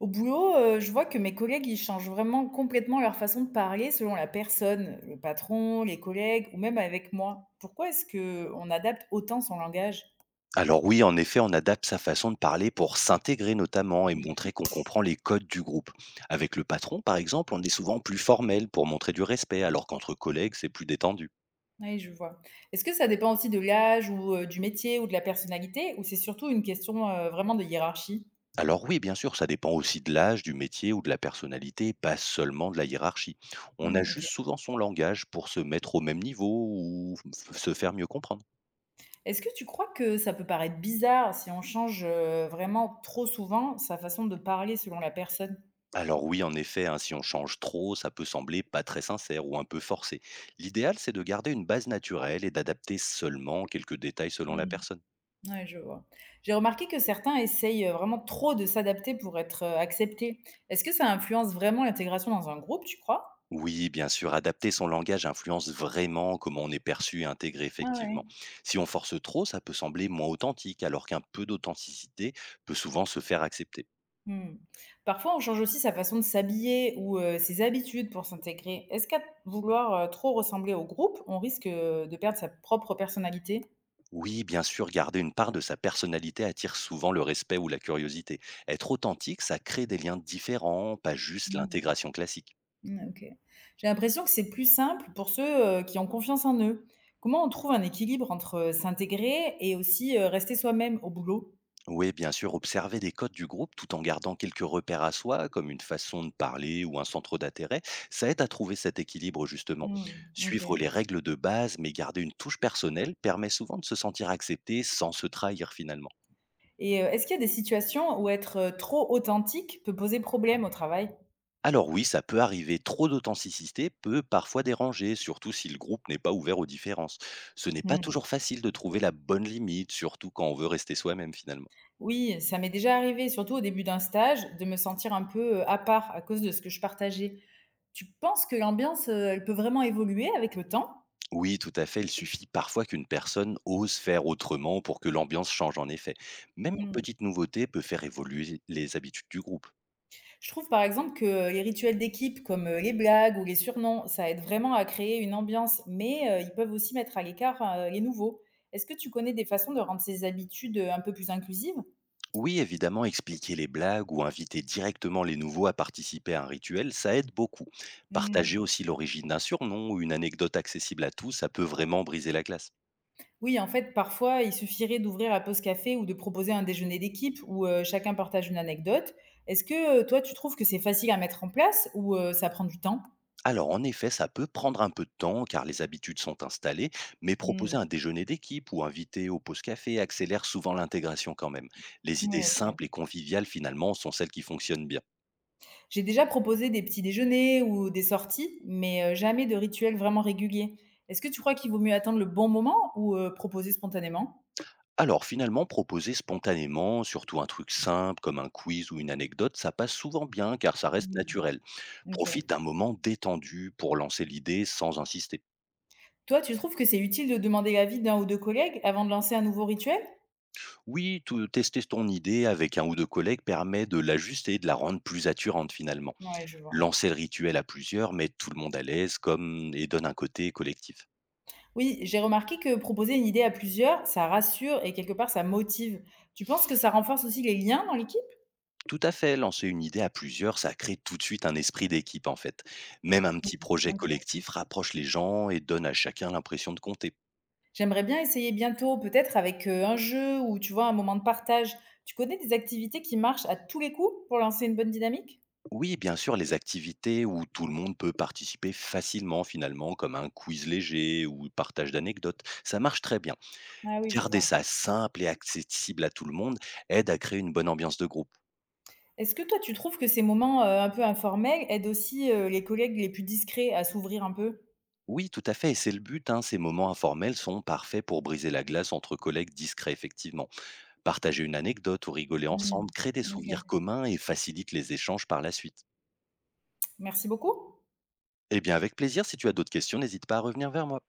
Au boulot, je vois que mes collègues, ils changent vraiment complètement leur façon de parler selon la personne, le patron, les collègues ou même avec moi. Pourquoi est-ce que on adapte autant son langage? Alors oui, en effet, on adapte sa façon de parler pour s'intégrer notamment et montrer Mmh, qu'on comprend les codes du groupe. Avec le patron, par exemple, on est souvent plus formel pour montrer du respect, alors qu'entre collègues, c'est plus détendu. oui, je vois. Est-ce que ça dépend aussi de l'âge ou, du métier ou de la personnalité ou c'est surtout une question, vraiment de hiérarchie? Alors oui, bien sûr, ça dépend aussi de l'âge, du métier ou de la personnalité, pas seulement de la hiérarchie. On Mmh, OK. ajuste souvent son langage pour se mettre au même niveau ou se faire mieux comprendre. Est-ce que tu crois que ça peut paraître bizarre si on change, vraiment trop souvent sa façon de parler selon la personne? Alors oui, en effet, hein, si on change trop, ça peut sembler pas très sincère ou un peu forcé. L'idéal, c'est de garder une base naturelle et d'adapter seulement quelques détails selon la Mmh. personne. Ouais, je vois. J'ai remarqué que certains essayent, vraiment trop de s'adapter pour être, acceptés. Est-ce que ça influence vraiment l'intégration dans un groupe, tu crois? Oui, bien sûr, adapter son langage influence vraiment comment on est perçu et intégré Ah effectivement. ouais. Si on force trop, ça peut sembler moins authentique, alors qu'un peu d'authenticité peut souvent se faire accepter. Mmh. Parfois, on change aussi sa façon de s'habiller ou, ses habitudes pour s'intégrer. Est-ce qu'à vouloir, trop ressembler au groupe, on risque, de perdre sa propre personnalité? Oui, bien sûr, garder une part de sa personnalité attire souvent le respect ou la curiosité. Être authentique, ça crée des liens différents, pas juste Mmh. l'intégration classique. Mmh, OK. J'ai l'impression que c'est plus simple pour ceux, qui ont confiance en eux. Comment on trouve un équilibre entre, s'intégrer et aussi, rester soi-même au boulot? Oui, bien sûr, observer des codes du groupe tout en gardant quelques repères à soi, comme une façon de parler ou un centre d'intérêt, ça aide à trouver cet équilibre justement. Mmh. OK. Suivre les règles de base mais garder une touche personnelle permet souvent de se sentir accepté sans se trahir finalement. Et est-ce qu'il y a des situations où être, trop authentique peut poser problème au travail? Alors oui, ça peut arriver, trop d'authenticité peut parfois déranger, surtout si le groupe n'est pas ouvert aux différences. Ce n'est pas Mmh. toujours facile de trouver la bonne limite, surtout quand on veut rester soi-même finalement. Oui, ça m'est déjà arrivé, surtout au début d'un stage, de me sentir un peu, à part à cause de ce que je partageais. Tu penses que l'ambiance, elle peut vraiment évoluer avec le temps? Oui, tout à fait. Il suffit parfois qu'une personne ose faire autrement pour que l'ambiance change en effet. Même une Mmh. petite nouveauté peut faire évoluer les habitudes du groupe. Je trouve par exemple que, les rituels d'équipe comme, les blagues ou les surnoms, ça aide vraiment à créer une ambiance, mais ils peuvent aussi mettre à l'écart, les nouveaux. Est-ce que tu connais des façons de rendre ces habitudes, un peu plus inclusives? Oui, évidemment, expliquer les blagues ou inviter directement les nouveaux à participer à un rituel, ça aide beaucoup. Mmh. Partager aussi l'origine d'un surnom ou une anecdote accessible à tous, ça peut vraiment briser la glace. Oui, en fait, parfois, il suffirait d'ouvrir la pause café ou de proposer un déjeuner d'équipe où chacun partage une anecdote. Est-ce que, toi, tu trouves que c'est facile à mettre en place ou, ça prend du temps? Alors en effet, ça peut prendre un peu de temps car les habitudes sont installées, mais proposer Mmh. un déjeuner d'équipe ou inviter au pause café accélère souvent l'intégration quand même. Les idées Ouais, OK. simples et conviviales finalement sont celles qui fonctionnent bien. J'ai déjà proposé des petits déjeuners ou des sorties, mais, jamais de rituel vraiment régulier. Est-ce que tu crois qu'il vaut mieux attendre le bon moment ou, proposer spontanément? Alors finalement, proposer spontanément, surtout un truc simple comme un quiz ou une anecdote, ça passe souvent bien car ça reste Mmh. naturel. OK. Profite d'un moment détendu pour lancer l'idée sans insister. Toi, tu trouves que c'est utile de demander l'avis d'un ou 2 collègues avant de lancer un nouveau rituel? Oui, tester ton idée avec un ou deux collègues permet de l'ajuster et de la rendre plus attirante finalement. Ouais, je vois. Lancer le rituel à plusieurs met tout le monde à l'aise comme et donne un côté collectif. Oui, j'ai remarqué que proposer une idée à plusieurs, ça rassure et quelque part ça motive. Tu penses que ça renforce aussi les liens dans l'équipe? Tout à fait, lancer une idée à plusieurs, ça crée tout de suite un esprit d'équipe en fait. Même un petit projet OK. collectif rapproche les gens et donne à chacun l'impression de compter. J'aimerais bien essayer bientôt, peut-être avec un jeu ou tu vois un moment de partage. Tu connais des activités qui marchent à tous les coups pour lancer une bonne dynamique? Oui, bien sûr, les activités où tout le monde peut participer facilement finalement, comme un quiz léger ou partage d'anecdotes, ça marche très bien. Ah oui, je Garder vois. ça simple et accessible à tout le monde aide à créer une bonne ambiance de groupe. Est-ce que toi tu trouves que ces moments un peu informels aident aussi les collègues les plus discrets à s'ouvrir un peu? Oui, tout à fait, et c'est le but, hein, ces moments informels sont parfaits pour briser la glace entre collègues discrets, effectivement. Partager une anecdote ou rigoler ensemble Hmm. crée des souvenirs OK. communs et facilite les échanges par la suite. Merci beaucoup. Eh bien, avec plaisir, si tu as d'autres questions, n'hésite pas à revenir vers moi.